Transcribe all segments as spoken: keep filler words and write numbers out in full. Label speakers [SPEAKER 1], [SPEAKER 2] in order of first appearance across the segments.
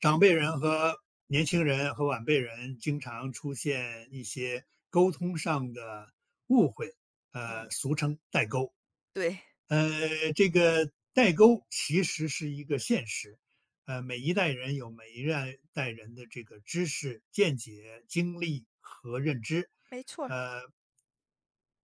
[SPEAKER 1] 长辈人和年轻人和晚辈人经常出现一些沟通上的误会，呃，
[SPEAKER 2] 嗯，
[SPEAKER 1] 俗称代沟。
[SPEAKER 2] 对，
[SPEAKER 1] 呃，这个代沟其实是一个现实，呃，每一代人有每一代代人的这个知识、见解、经历和认知，
[SPEAKER 2] 没错儿。
[SPEAKER 1] 呃，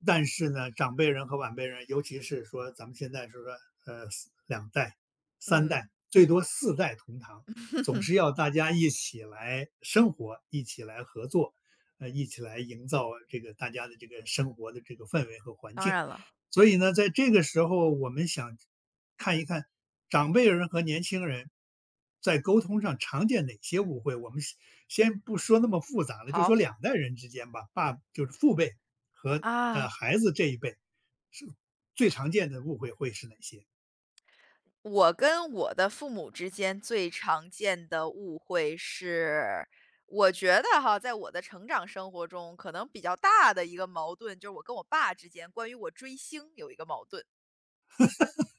[SPEAKER 1] 但是呢，长辈人和晚辈人，尤其是说咱们现在是说，呃，四两代、三
[SPEAKER 2] 嗯，
[SPEAKER 1] 代，最多四代同堂，总 是要大家一起来生活，一起来合作，呃，一起来营造这个大家的这个生活的这个氛围和环
[SPEAKER 2] 当
[SPEAKER 1] 境。
[SPEAKER 2] 然了。
[SPEAKER 1] 所以呢，在这个时候，我们想看一看长辈人和年轻人在沟通上常见哪些误会。我们先先不说那么复杂了，就说
[SPEAKER 2] 好。
[SPEAKER 1] 两代人之间吧，爸就是父辈和呃
[SPEAKER 2] 啊，
[SPEAKER 1] 孩子这一辈是最常见的误会会是哪些？
[SPEAKER 2] 我跟我的父母之间最常见的误会是，我觉得哈，在我的成长生活中，可能比较大的一个矛盾，就是我跟我爸之间关于我追星有一个矛盾。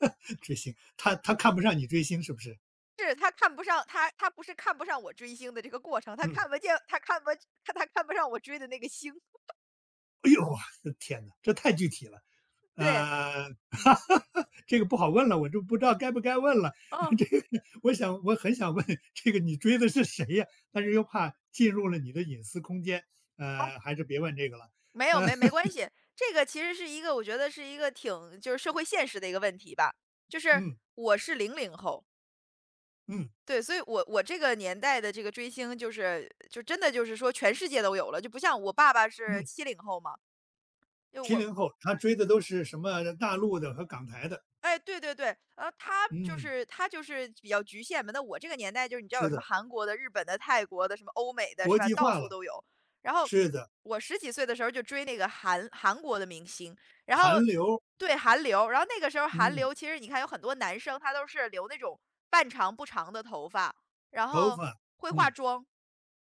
[SPEAKER 1] 追星，他他看不上你追星是不是？
[SPEAKER 2] 是他看不上，他他不是看不上我追星的这个过程，他
[SPEAKER 1] 嗯，
[SPEAKER 2] 看不见，他看不，他他看不上我追的那个星。
[SPEAKER 1] 哎呦，我的天哪，这太具体了。呃，
[SPEAKER 2] 对。
[SPEAKER 1] 哈
[SPEAKER 2] 嗯。
[SPEAKER 1] 哈，这个不好问了，我就不知道该不该问了。
[SPEAKER 2] 哦。
[SPEAKER 1] 这个，我想我很想问，这个你追的是谁呀？但是又怕进入了你的隐私空间，呃，还是别问这个了。
[SPEAKER 2] 没有，
[SPEAKER 1] 呃，
[SPEAKER 2] 没没 关系。这个其实是一个我觉得是一个挺，就是社会现实的一个问题吧。就是
[SPEAKER 1] 嗯
[SPEAKER 2] 我是零零后，
[SPEAKER 1] 嗯
[SPEAKER 2] 对，所以我我这个年代的这个追星就是就真的就是说全世界都有了，就不像我爸爸是
[SPEAKER 1] 嗯，
[SPEAKER 2] 七零后嘛，就
[SPEAKER 1] 七
[SPEAKER 2] 我，
[SPEAKER 1] 零后他追的都是什么大陆的和港台的？
[SPEAKER 2] 哎，对对对，呃，他就
[SPEAKER 1] 嗯，
[SPEAKER 2] 是他就是比较局限嘛。那我这个年代就是你知道有
[SPEAKER 1] 是
[SPEAKER 2] 什么
[SPEAKER 1] 的。
[SPEAKER 2] 韩国的、日本的、泰国的、什么欧美的，是
[SPEAKER 1] 国
[SPEAKER 2] 吧？
[SPEAKER 1] 际
[SPEAKER 2] 到
[SPEAKER 1] 化
[SPEAKER 2] 处
[SPEAKER 1] 了，
[SPEAKER 2] 都有。然后
[SPEAKER 1] 是的，
[SPEAKER 2] 我十几岁的时候就追那个韩韩国的明星，然后
[SPEAKER 1] 韩流，
[SPEAKER 2] 对韩流，然后那个时候韩
[SPEAKER 1] 嗯，
[SPEAKER 2] 流其实你看有很多男生他都是留那种半长不长的头发，然
[SPEAKER 1] 头
[SPEAKER 2] 后
[SPEAKER 1] 发，
[SPEAKER 2] 会化
[SPEAKER 1] 嗯，
[SPEAKER 2] 妆，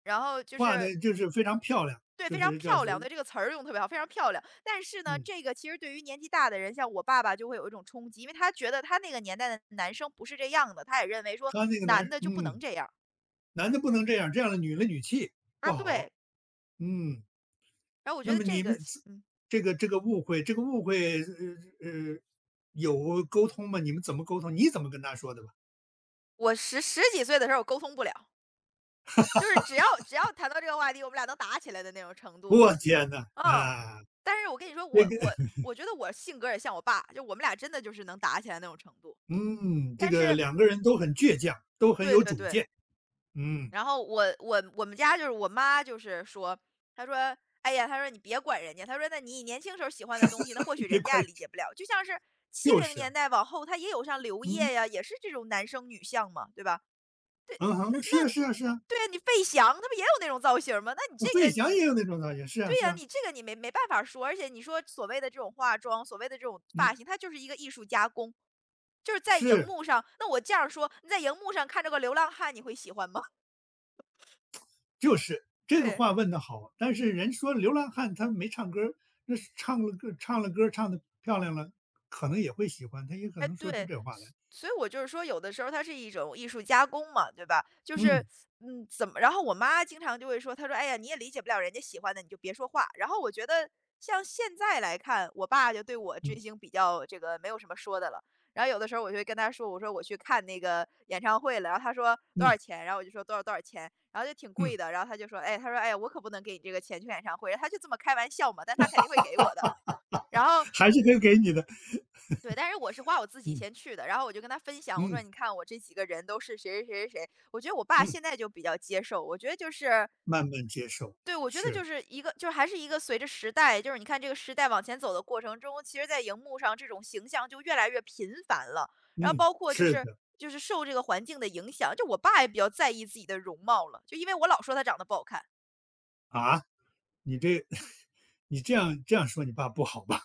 [SPEAKER 2] 然后就
[SPEAKER 1] 画
[SPEAKER 2] 是
[SPEAKER 1] 的就是非常漂亮，
[SPEAKER 2] 对，
[SPEAKER 1] 就
[SPEAKER 2] 非常
[SPEAKER 1] 是叫
[SPEAKER 2] 漂亮，
[SPEAKER 1] 是
[SPEAKER 2] 对，这个词儿用得特别好，非常漂亮。但是呢，
[SPEAKER 1] 嗯，
[SPEAKER 2] 这个其实对于年纪大的人，像我爸爸就会有一种冲击，因为他觉得他那个年代的男生不是这样的，他也认为说
[SPEAKER 1] 他那个男
[SPEAKER 2] 男的就不能
[SPEAKER 1] 嗯，
[SPEAKER 2] 这样，
[SPEAKER 1] 男的不能这样，这样的女了女气不
[SPEAKER 2] 啊，对。
[SPEAKER 1] 好，嗯，
[SPEAKER 2] 然后我觉
[SPEAKER 1] 那
[SPEAKER 2] 得
[SPEAKER 1] 么
[SPEAKER 2] 这
[SPEAKER 1] 你
[SPEAKER 2] 个
[SPEAKER 1] 们
[SPEAKER 2] 其，
[SPEAKER 1] 自，
[SPEAKER 2] 嗯，
[SPEAKER 1] 这个这个误会这个误会，呃呃，有沟通吗？你们怎么沟通？你怎么跟他说的吧？
[SPEAKER 2] 我十十几岁的时候我沟通不了，就是只要只要谈到这个话题，我们俩能打起来的那种程度，
[SPEAKER 1] 我天呐，
[SPEAKER 2] 嗯。
[SPEAKER 1] 啊，
[SPEAKER 2] 但是我跟你说，
[SPEAKER 1] 这
[SPEAKER 2] 我
[SPEAKER 1] 个
[SPEAKER 2] 我我觉得我性格也像我爸，就我们俩真的就是能打起来那种程度。
[SPEAKER 1] 嗯，这
[SPEAKER 2] 但
[SPEAKER 1] 个
[SPEAKER 2] 是
[SPEAKER 1] 两个人都很倔强，都很
[SPEAKER 2] 对
[SPEAKER 1] 有
[SPEAKER 2] 对
[SPEAKER 1] 主
[SPEAKER 2] 对，
[SPEAKER 1] 见，嗯，
[SPEAKER 2] 然后我我我们家就是我妈就是说，她说：“哎呀，”她说“你别管人家，”她说“那你年轻时候喜欢的东西，那或许
[SPEAKER 1] 别
[SPEAKER 2] 人
[SPEAKER 1] 怪
[SPEAKER 2] 家也
[SPEAKER 1] 人。
[SPEAKER 2] 理解不了。就像是七
[SPEAKER 1] 就
[SPEAKER 2] 零
[SPEAKER 1] 是啊，
[SPEAKER 2] 年代往后，他也有像刘
[SPEAKER 1] 嗯。
[SPEAKER 2] 烨呀，也是这种男生女相嘛，对吧？”对，
[SPEAKER 1] 嗯哼，是啊是啊是啊，
[SPEAKER 2] 对呀，你费翔他不也有那种造型吗？那你这个
[SPEAKER 1] 费翔
[SPEAKER 2] 你，
[SPEAKER 1] 也有那种的，也是啊
[SPEAKER 2] 对
[SPEAKER 1] 是
[SPEAKER 2] 呀，
[SPEAKER 1] 啊，
[SPEAKER 2] 你这个你没没办法说。而且你说所谓的这种化妆，所谓的这种发
[SPEAKER 1] 嗯，
[SPEAKER 2] 型，它就是一个艺术加工，就是在荧
[SPEAKER 1] 是，
[SPEAKER 2] 幕上。那我这样说，你在荧幕上看着个流浪汉，你会喜欢吗？
[SPEAKER 1] 就是 这个
[SPEAKER 2] 对。
[SPEAKER 1] 话问的好。但是人说流浪汉他没唱歌儿，那是唱了歌唱了歌儿唱的漂亮了，可能也会喜欢，他也可
[SPEAKER 2] 哎，
[SPEAKER 1] 能说出
[SPEAKER 2] 对，
[SPEAKER 1] 这话
[SPEAKER 2] 所
[SPEAKER 1] 来。
[SPEAKER 2] 所以我就是说，有的时候它是一种艺术加工嘛，对吧？就是，
[SPEAKER 1] 嗯
[SPEAKER 2] 嗯，怎么？然后我妈经常就会说，她说：“哎呀，你也理解不了人家喜欢的，你就别说话。”然后我觉得，像现在来看，我爸就对我追
[SPEAKER 1] 嗯
[SPEAKER 2] 星比较这个没有什么说的了。然后有的时候我就会跟他说：“我说我去看那个演唱会了。”然后他说多
[SPEAKER 1] 嗯
[SPEAKER 2] 少钱？然后我就说多少多少钱，然后就挺
[SPEAKER 1] 嗯，
[SPEAKER 2] 贵的。然后他就说：“哎，他说哎呀，我可不能给你这个钱去演唱会。”他就这么开玩笑嘛，但他肯定会给我的。然后
[SPEAKER 1] 还是可以给你的，
[SPEAKER 2] 对，但是我是花我自己
[SPEAKER 1] 嗯
[SPEAKER 2] 钱去的，然后我就跟他分享，我说：
[SPEAKER 1] 嗯
[SPEAKER 2] “你看我这几个人都是谁谁谁谁谁。”我觉得我爸
[SPEAKER 1] 嗯，
[SPEAKER 2] 现在就比较接受，我觉得就是
[SPEAKER 1] 慢慢接受，
[SPEAKER 2] 对，我觉得就
[SPEAKER 1] 是，
[SPEAKER 2] 是一个就是还是一个随着时代，就是你看这个时代往前走的过程中，其实在荧幕上这种形象就越来越频繁了。然后
[SPEAKER 1] 嗯，
[SPEAKER 2] 包括就
[SPEAKER 1] 是
[SPEAKER 2] 是，
[SPEAKER 1] 的。
[SPEAKER 2] 就是受这个环境的影响，就我爸也比较在意自己的容貌了，就因为我老说他长得不好看。
[SPEAKER 1] 啊，你这 你这样这样说你爸不好吧？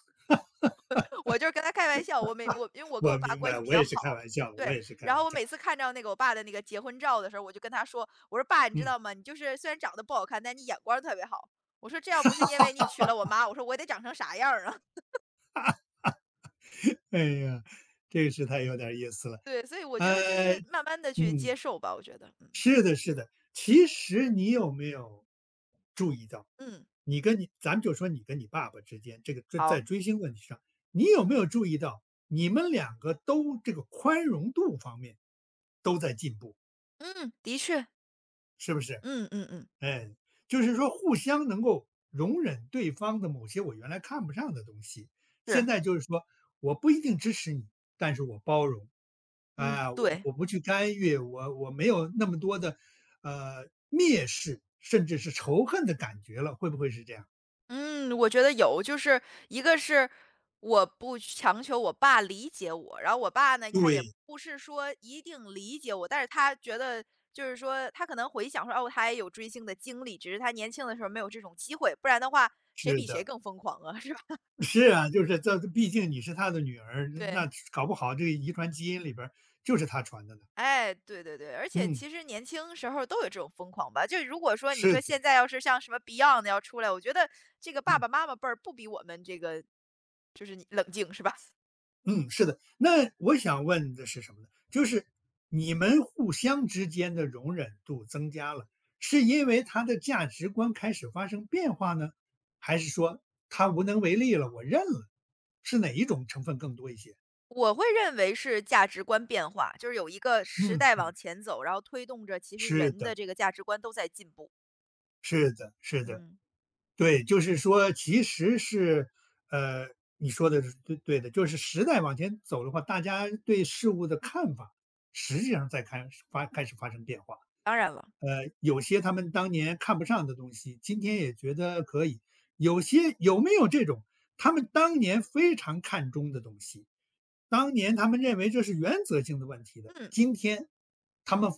[SPEAKER 2] 我就是跟他开玩笑，我每，我因为 我跟我
[SPEAKER 1] 我
[SPEAKER 2] 爸
[SPEAKER 1] 明
[SPEAKER 2] 关
[SPEAKER 1] 白，
[SPEAKER 2] 系比
[SPEAKER 1] 我
[SPEAKER 2] 较
[SPEAKER 1] 也是开
[SPEAKER 2] 好，
[SPEAKER 1] 玩笑，我
[SPEAKER 2] 对，
[SPEAKER 1] 也是开
[SPEAKER 2] 然
[SPEAKER 1] 玩
[SPEAKER 2] 后我
[SPEAKER 1] 笑，
[SPEAKER 2] 每次看到那个我爸的那个结婚照的时候，我就跟他说，我说爸，你知
[SPEAKER 1] 嗯。
[SPEAKER 2] 道吗？你就是虽然长得不好看，但你眼光特别好。我说这要不是因为你娶了我妈，我说我得长成啥样儿啊？
[SPEAKER 1] 哎呀，这个是太有点儿意思了。
[SPEAKER 2] 对，所以我觉得就
[SPEAKER 1] 呃，
[SPEAKER 2] 是慢慢的去
[SPEAKER 1] 嗯，
[SPEAKER 2] 接受吧，我觉得，嗯。
[SPEAKER 1] 是的，是的。其实你有没有注意到，
[SPEAKER 2] 嗯，
[SPEAKER 1] 你跟你咱们就说你跟你爸爸之间，这个这在
[SPEAKER 2] 好，
[SPEAKER 1] 追星问题上，你有没有注意到你们两个都这个宽容度方面都在进步，
[SPEAKER 2] 嗯，的确，
[SPEAKER 1] 是不是？
[SPEAKER 2] 嗯嗯嗯，
[SPEAKER 1] 哎，就是说互相能够容忍对方的某些我原来看不上的东西，现
[SPEAKER 2] 是，
[SPEAKER 1] 在就是说我不一定支持你，但是我包容，
[SPEAKER 2] 嗯
[SPEAKER 1] 啊，我
[SPEAKER 2] 对。
[SPEAKER 1] 我不去干预，我我没有那么多的呃蔑视，甚至是仇恨的感觉了，会不会是这样？
[SPEAKER 2] 嗯，我觉得有，就是一个是，我不强求我爸理解我，然后我爸呢，他也
[SPEAKER 1] 对，
[SPEAKER 2] 不是说一定理解我，但是他觉得就是说，他可能回想说，哦，他也有追星的经历，只是他年轻的时候没有这种机会，不然的话，
[SPEAKER 1] 是
[SPEAKER 2] 谁比谁
[SPEAKER 1] 的，
[SPEAKER 2] 更疯狂啊，是吧？
[SPEAKER 1] 是啊，就是这，毕竟你是他的女儿，
[SPEAKER 2] 对，
[SPEAKER 1] 那搞不好这个遗传基因里边儿就是他传的呢。
[SPEAKER 2] 哎，对对对，而且
[SPEAKER 1] 嗯，
[SPEAKER 2] 其实年轻时候都有这种疯狂吧。就如果说你
[SPEAKER 1] 是
[SPEAKER 2] 说
[SPEAKER 1] 的，
[SPEAKER 2] 现在要是像什么 Beyond 要出来，我觉得这个爸
[SPEAKER 1] 嗯。
[SPEAKER 2] 爸妈妈辈儿不比我们这个，就是你冷静是吧？
[SPEAKER 1] 嗯，是的。那我想问的是什么呢？就是你们互相之间的容忍度增加了，是因为他的价值观开始发生变化呢，还是说他无能为力了，我认了？是哪一种成分更多一些？
[SPEAKER 2] 我会认为是价值观变化，就是有一个时
[SPEAKER 1] 嗯，
[SPEAKER 2] 代往前走，然后推动着其实
[SPEAKER 1] 是
[SPEAKER 2] 人的
[SPEAKER 1] 的，
[SPEAKER 2] 这个价值观都在进步。
[SPEAKER 1] 是的，是的，
[SPEAKER 2] 嗯，
[SPEAKER 1] 对，就是说，其实是，呃，你说的是对对的，就是时代往前走的话，大家对事物的看法实际上在开始发开始发生变化。
[SPEAKER 2] 当然了。
[SPEAKER 1] 呃，有些他们当年看不上的东西，今天也觉得可以。有些有没有这种，他们当年非常看重的东西，当年他们认为这是原则性的问题的，
[SPEAKER 2] 嗯，
[SPEAKER 1] 今天他们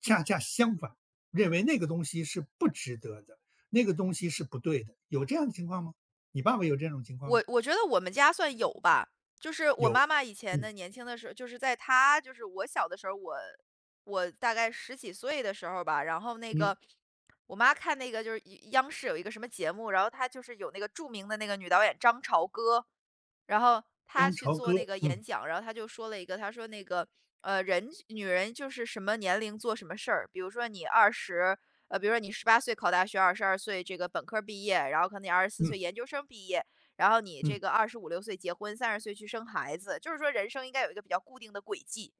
[SPEAKER 1] 恰恰相反，认为那个东西是不值得的，那个东西是不对的。有这样的情况吗？你爸爸有这种情况
[SPEAKER 2] 我
[SPEAKER 1] 吗？
[SPEAKER 2] 我觉得我们家算有吧，就是我
[SPEAKER 1] 有，
[SPEAKER 2] 妈妈以前的
[SPEAKER 1] 嗯
[SPEAKER 2] 年轻的时候，就是在她，就是我小的时候，我我大概十几岁的时候吧，然后那
[SPEAKER 1] 嗯，
[SPEAKER 2] 个我妈看那个就是一央视有一个什么节目，然后她就是有那个著名的那个女导演张朝歌，然后他
[SPEAKER 1] 张
[SPEAKER 2] 去
[SPEAKER 1] 朝歌，
[SPEAKER 2] 做那个演
[SPEAKER 1] 嗯
[SPEAKER 2] 讲，然后他就说了一个，他说那个，呃，人，女人就是什么年龄做什么事儿，比如说你二十，呃，比如说你十八岁考大学，二十二岁这个本科儿毕业，然后可能你二十四岁
[SPEAKER 1] 嗯
[SPEAKER 2] 研究生毕业，然后你这
[SPEAKER 1] 嗯
[SPEAKER 2] 个二十五六岁结婚，三十岁去生孩子，就是说人生应该有一个比较固定的轨迹。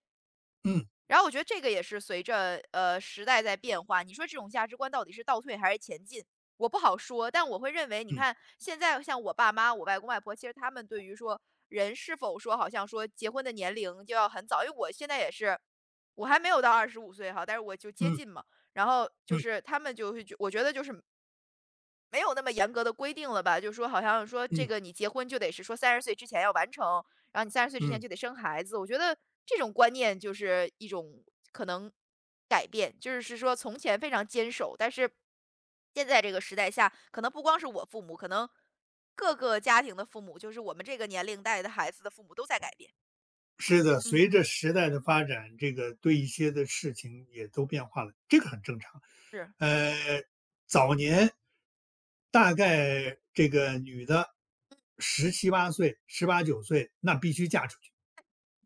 [SPEAKER 1] 嗯
[SPEAKER 2] 然后我觉得这个也是随着呃时代在变化，你说这种价值观到底是倒退还是前进，我不好说。但我会认为，你
[SPEAKER 1] 嗯
[SPEAKER 2] 看现在像我爸妈、我外公外婆，其实他们对于说人是否说好像说结婚的年龄就要很早，因为我现在也是，我还没有到二十五岁哈，但是我就接
[SPEAKER 1] 嗯
[SPEAKER 2] 近嘛。然后就
[SPEAKER 1] 嗯嗯
[SPEAKER 2] 是他们就会觉，我觉得就是没有那么严格的规定了吧，就是说好像说这
[SPEAKER 1] 嗯
[SPEAKER 2] 个你结婚就得是说三十岁之前要完成，然后你三十岁之前
[SPEAKER 1] 嗯。
[SPEAKER 2] 就得生孩子。我觉得这种观念就是一种可能改变，就是是说从前非常坚守，但是现在这个时代下，可能不光是我父母，可能各个家庭的父母，就是我们这个年龄带的孩子的父母都在改变。
[SPEAKER 1] 是的，
[SPEAKER 2] 嗯
[SPEAKER 1] 随着
[SPEAKER 2] 嗯，
[SPEAKER 1] 时代的发展，这个对一些的事情也都变化了，这个很正常。
[SPEAKER 2] 是，
[SPEAKER 1] 呃，早年大概这个女的十七八岁、十八九岁，那必须嫁出去。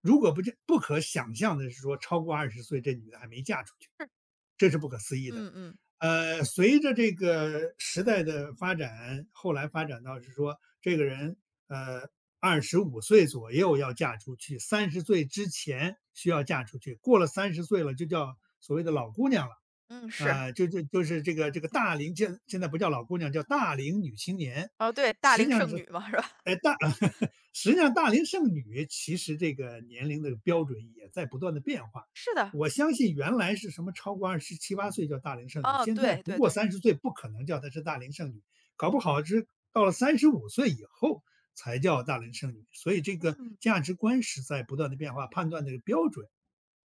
[SPEAKER 1] 如果不这不可想象的是说，超过二十岁这女的还没嫁出去，
[SPEAKER 2] 是，
[SPEAKER 1] 这是不可思议的。
[SPEAKER 2] 嗯嗯
[SPEAKER 1] 呃，随着这个时代的发展，后来发展到是说，这个人呃二十五岁左右要嫁出去，三十岁之前需要嫁出去，过了三十岁了就叫所谓的老姑娘了。
[SPEAKER 2] 嗯，是，
[SPEAKER 1] 呃，就就就是这个这个大龄，现现在不叫老姑娘，叫大龄女青年，
[SPEAKER 2] 哦对，大
[SPEAKER 1] 实际
[SPEAKER 2] 龄
[SPEAKER 1] 上
[SPEAKER 2] 剩
[SPEAKER 1] 是，
[SPEAKER 2] 女嘛，是吧？
[SPEAKER 1] 哎，大 实际上大龄剩女其实这个年龄的标准也在不断的变化。
[SPEAKER 2] 是的，
[SPEAKER 1] 我相信原来是什么超过二十七八岁叫大龄剩女，
[SPEAKER 2] 哦，
[SPEAKER 1] 现在
[SPEAKER 2] 对
[SPEAKER 1] 不
[SPEAKER 2] 对
[SPEAKER 1] 过
[SPEAKER 2] 对，
[SPEAKER 1] 三十岁不可能叫她是大龄剩女，搞不好是到了三十五岁以后才叫大龄剩女。所以这个
[SPEAKER 2] 嗯
[SPEAKER 1] 价值观是在不断的变化，判断的标准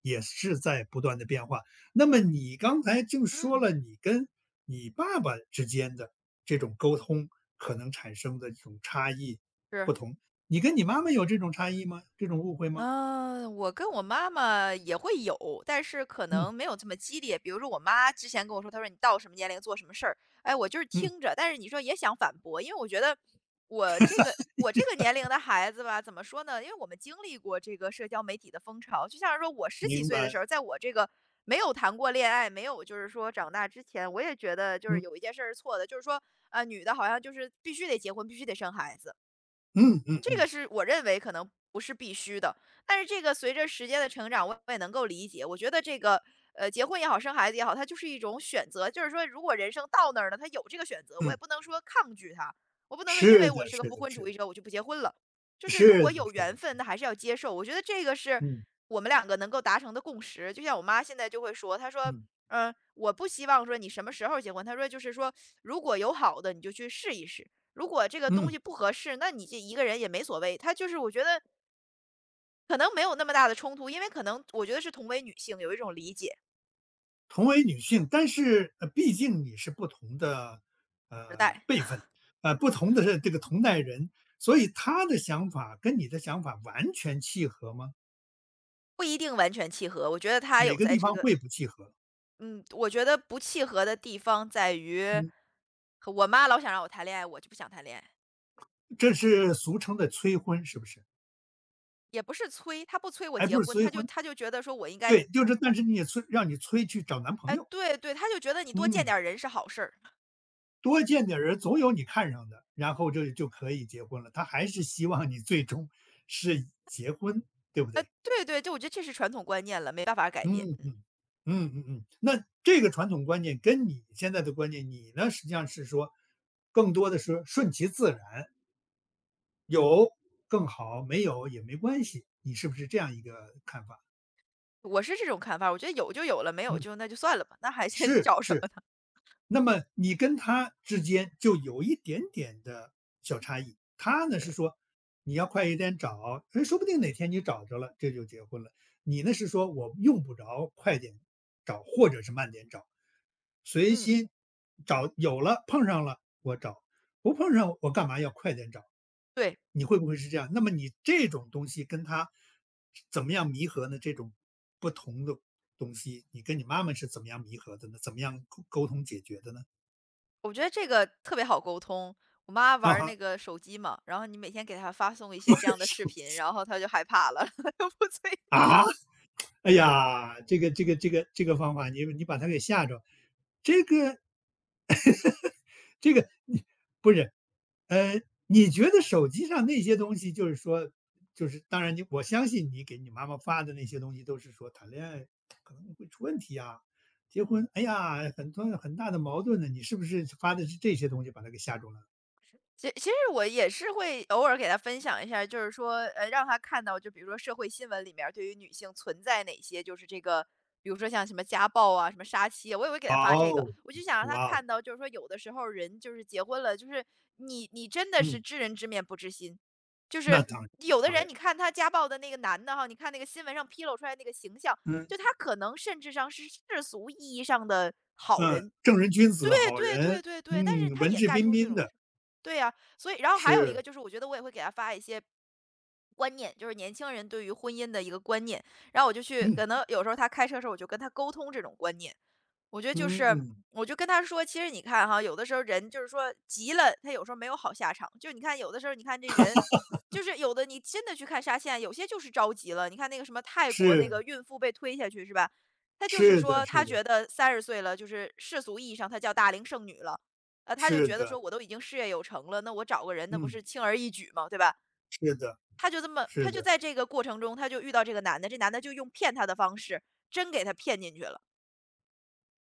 [SPEAKER 1] 也是在不断的变化。那么你刚才就说
[SPEAKER 2] 嗯，
[SPEAKER 1] 了，你跟你爸爸之间的这种沟通可能产生的这种差异、
[SPEAKER 2] 是。
[SPEAKER 1] 不同，你跟你妈妈有这种差异吗？这种误会吗？
[SPEAKER 2] 嗯，我跟我妈妈也会有，但是可
[SPEAKER 1] 嗯，
[SPEAKER 2] 能没有这么激烈。比如说，我妈之前跟我说，她说你到什么年龄做什么事儿，哎，我就是
[SPEAKER 1] 嗯，
[SPEAKER 2] 听着，但是你说也想反驳，因为我觉得我这个我这个年龄的孩子吧，怎么说呢？因为我们经历过这个社交媒体的风潮，就像是说我十几
[SPEAKER 1] 明
[SPEAKER 2] 岁的
[SPEAKER 1] 白，
[SPEAKER 2] 时候，在我这个没有谈过恋爱，没有就是说长大之前，我也觉得就是
[SPEAKER 1] 嗯。
[SPEAKER 2] 有一件事儿是错的，就是说呃，女的好像就是必须得结婚，必须得生孩子。
[SPEAKER 1] 嗯嗯
[SPEAKER 2] 这个
[SPEAKER 1] 嗯
[SPEAKER 2] 是我认为可能不是必须的，但是这个随着时间的成长，我也能够理解。我觉得这个，呃，结婚也好，生孩子也好，它就是一种选择。就是说，如果人生到那儿了，他有这个选择，我也
[SPEAKER 1] 嗯，
[SPEAKER 2] 不能说抗拒他，我不能说因为
[SPEAKER 1] 是
[SPEAKER 2] 我
[SPEAKER 1] 的
[SPEAKER 2] 是个
[SPEAKER 1] 是
[SPEAKER 2] 不
[SPEAKER 1] 的
[SPEAKER 2] 婚
[SPEAKER 1] 是
[SPEAKER 2] 主义
[SPEAKER 1] 的，
[SPEAKER 2] 者，我就不结婚了。就是如
[SPEAKER 1] 是
[SPEAKER 2] 果
[SPEAKER 1] 的
[SPEAKER 2] 有
[SPEAKER 1] 是
[SPEAKER 2] 缘
[SPEAKER 1] 的是
[SPEAKER 2] 分，
[SPEAKER 1] 的，
[SPEAKER 2] 那还是要接受。我觉得这个是
[SPEAKER 1] 嗯
[SPEAKER 2] 我们两个能够达成的共识。就像我妈现在就会说，她说，
[SPEAKER 1] 嗯
[SPEAKER 2] 嗯、我不希望说你什么时候结婚，她说就是说，如果有好的，你就去试一试。如果这个东
[SPEAKER 1] 嗯，
[SPEAKER 2] 西不合适，那你这一个人也没所谓。他就是我觉得可能没有那么大的冲突，因为可能我觉得是同为女性，有一种理解
[SPEAKER 1] 同为女性，但是，呃，毕竟你是不同的，
[SPEAKER 2] 时
[SPEAKER 1] 呃，
[SPEAKER 2] 代。
[SPEAKER 1] 辈分，呃，不同的这个同代
[SPEAKER 2] 嗯，
[SPEAKER 1] 人，所以他的想法跟你的想法完全契合吗？
[SPEAKER 2] 不一定完全契合。我觉得他
[SPEAKER 1] 哪
[SPEAKER 2] 有
[SPEAKER 1] 个
[SPEAKER 2] 在
[SPEAKER 1] 地
[SPEAKER 2] 这
[SPEAKER 1] 方
[SPEAKER 2] 个，
[SPEAKER 1] 会不契合？
[SPEAKER 2] 嗯，我觉得不契合的地方在于，
[SPEAKER 1] 嗯，
[SPEAKER 2] 我妈老想让我谈恋爱，我就不想谈恋爱，
[SPEAKER 1] 这是俗称的催婚是不是？
[SPEAKER 2] 也不是催，她不催我
[SPEAKER 1] 还
[SPEAKER 2] 结
[SPEAKER 1] 不是
[SPEAKER 2] 婚，
[SPEAKER 1] 催
[SPEAKER 2] 她就
[SPEAKER 1] 婚，
[SPEAKER 2] 她就觉得说我应该。
[SPEAKER 1] 对，就是但是你也催让你催去找男朋
[SPEAKER 2] 哎，
[SPEAKER 1] 友，
[SPEAKER 2] 对对，她就觉得你多见
[SPEAKER 1] 嗯。
[SPEAKER 2] 点儿人是好事儿。
[SPEAKER 1] 多见点人，总有你看上的，然后就就可以结婚了。他还是希望你最终是结婚，对不
[SPEAKER 2] 哎，
[SPEAKER 1] 对？
[SPEAKER 2] 对对，就我觉得这是传统观念了，没办法改变。
[SPEAKER 1] 嗯
[SPEAKER 2] 嗯
[SPEAKER 1] 嗯嗯嗯嗯。那这个传统观念跟你现在的观念，你呢实际上是说，更多的是顺其自然，有
[SPEAKER 2] 嗯。
[SPEAKER 1] 更好，没有也没关系。你是不是这样一个看法？
[SPEAKER 2] 我是这种看法，我觉得有就有了，没有
[SPEAKER 1] 嗯，
[SPEAKER 2] 就那就算了吧，那还去
[SPEAKER 1] 是
[SPEAKER 2] 找什
[SPEAKER 1] 是。
[SPEAKER 2] 么呢？
[SPEAKER 1] 那么你跟他之间就有一点点的小差异。他呢是说你要快一点找，哎，说不定哪天你找着了，这就结婚了。你呢是说我用不着快点找，或者是慢点找，随
[SPEAKER 2] 嗯，
[SPEAKER 1] 心找，有了碰上了我找，不碰上我干嘛要快点找？
[SPEAKER 2] 对，
[SPEAKER 1] 你会不会是这样？那么你这种东西跟他怎么样弥合呢？这种不同的东西，你跟你妈妈是怎么样弥合的呢？怎么样沟沟通解决的呢？
[SPEAKER 2] 我觉得这个特别好沟通。我妈玩
[SPEAKER 1] 啊
[SPEAKER 2] 儿
[SPEAKER 1] 哈，
[SPEAKER 2] 那个手机嘛，然后你每天给她发送一些这样的视频，然后她就害怕了，她就不催。
[SPEAKER 1] 啊！哎呀，这个这个这个这个方法，你你把他给吓着，这个这个你不是呃，你觉得手机上那些东西，就是说，就是当然你我相信你给你妈妈发的那些东西，都是说谈恋爱可能会出问题啊，结婚哎呀很多很大的矛盾呢，你是不是发的是这些东西把他给吓住了？
[SPEAKER 2] 其其实我也是会偶尔给他分享一下，就是说，呃，让他看到，就比如说社会新闻里面儿对于女性存在哪些，就是这个，比如说像什么家暴啊、什么杀妻啊，我也会给他发这个。
[SPEAKER 1] 哦，
[SPEAKER 2] 我就想让他
[SPEAKER 1] 哇哦，
[SPEAKER 2] 看到，就是说有的时候人就是结婚了，就是你你真的是
[SPEAKER 1] 嗯，
[SPEAKER 2] 知人知面不知心，就
[SPEAKER 1] 那
[SPEAKER 2] 是
[SPEAKER 1] 当然，
[SPEAKER 2] 有的
[SPEAKER 1] 当
[SPEAKER 2] 人，
[SPEAKER 1] 然。
[SPEAKER 2] 你看他家暴的那个男的哈，你看那个新闻上披露出来那个形象，
[SPEAKER 1] 嗯
[SPEAKER 2] 就他可能甚至上是世俗意义上的好
[SPEAKER 1] 嗯，
[SPEAKER 2] 人，
[SPEAKER 1] 正人君
[SPEAKER 2] 对
[SPEAKER 1] 子、好
[SPEAKER 2] 对对
[SPEAKER 1] 人，
[SPEAKER 2] 对对，但是
[SPEAKER 1] 嗯，
[SPEAKER 2] 他
[SPEAKER 1] 文
[SPEAKER 2] 也
[SPEAKER 1] 质
[SPEAKER 2] 干
[SPEAKER 1] 彬
[SPEAKER 2] 出这
[SPEAKER 1] 彬
[SPEAKER 2] 种事，
[SPEAKER 1] 的，
[SPEAKER 2] 对呀、所以然后还有一个
[SPEAKER 1] 是，
[SPEAKER 2] 就是，我觉得我也会给他发一些观念，就是年轻人对于婚姻的一个观念，然后我就去，
[SPEAKER 1] 嗯
[SPEAKER 2] 可能有时候他开车的时候，我就跟他沟通这种观念，我觉得就是，
[SPEAKER 1] 嗯，
[SPEAKER 2] 我就跟他说，其实你看哈，有的时候人就是说急了，他有时候没有好下场。就你看，有的时候你看这人，就是有的你真的去看沙县，有些就是着急了。你看那个什么泰国那
[SPEAKER 1] 是，
[SPEAKER 2] 个孕妇被推下去是吧？他就是
[SPEAKER 1] 是的
[SPEAKER 2] 说，他
[SPEAKER 1] 是的
[SPEAKER 2] 觉得三十岁了，就是世俗意义上她叫大龄剩女了，呃，他就
[SPEAKER 1] 是
[SPEAKER 2] 觉得说
[SPEAKER 1] 的，
[SPEAKER 2] 我都已经事业有成了，那我找个人那不
[SPEAKER 1] 嗯，
[SPEAKER 2] 是轻而易举吗？对吧？
[SPEAKER 1] 是的
[SPEAKER 2] 他就这么，
[SPEAKER 1] 是
[SPEAKER 2] 他就
[SPEAKER 1] 的，
[SPEAKER 2] 在这个过程中，他就遇到这个男的，这男的就用骗她的方式，真给她骗进去了。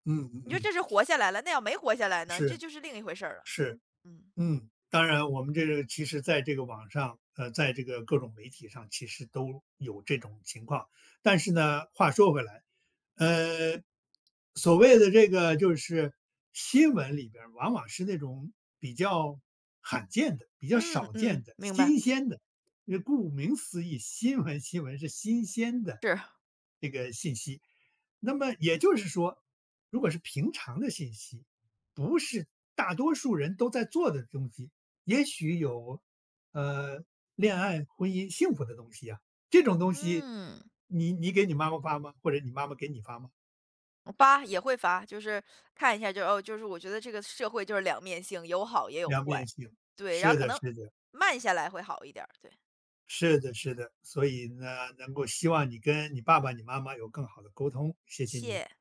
[SPEAKER 1] 嗯嗯
[SPEAKER 2] 你说
[SPEAKER 1] 嗯，
[SPEAKER 2] 这是活下来了，那要没活下来呢，这
[SPEAKER 1] 是
[SPEAKER 2] 就是另一回事儿了。
[SPEAKER 1] 是。
[SPEAKER 2] 嗯。
[SPEAKER 1] 嗯，当然，我们这个其实在这个网上，呃，在这个各种媒体上，其实都有这种情况。但是呢，话说回来，呃，所谓的这个就是新闻里边儿，往往是那种比较罕见的、比较
[SPEAKER 2] 嗯
[SPEAKER 1] 少见
[SPEAKER 2] 嗯，
[SPEAKER 1] 的、
[SPEAKER 2] 明白，
[SPEAKER 1] 新鲜的。因为顾名思义，新闻新闻是新鲜的
[SPEAKER 2] 是。
[SPEAKER 1] 这个信息。那么也就是说，如果是平常的信息，不是大多数人都在做的东西，也许有，呃，恋爱、婚姻、幸福的东西啊，这种东西，
[SPEAKER 2] 嗯，
[SPEAKER 1] 你你给你妈妈发吗？或者你妈妈给你发吗？
[SPEAKER 2] 发也会发，就是看一下就哦，就是我觉得这个社会就是两面性，有好也有
[SPEAKER 1] 两面
[SPEAKER 2] 坏，
[SPEAKER 1] 性，
[SPEAKER 2] 对，然后
[SPEAKER 1] 是
[SPEAKER 2] 可
[SPEAKER 1] 的，
[SPEAKER 2] 能
[SPEAKER 1] 是的，
[SPEAKER 2] 慢下来会好一点儿，对，
[SPEAKER 1] 是的，是的。所以呢，能够希望你跟你爸爸、你妈妈有更好的沟通，谢谢
[SPEAKER 2] 谢
[SPEAKER 1] 你。
[SPEAKER 2] 谢。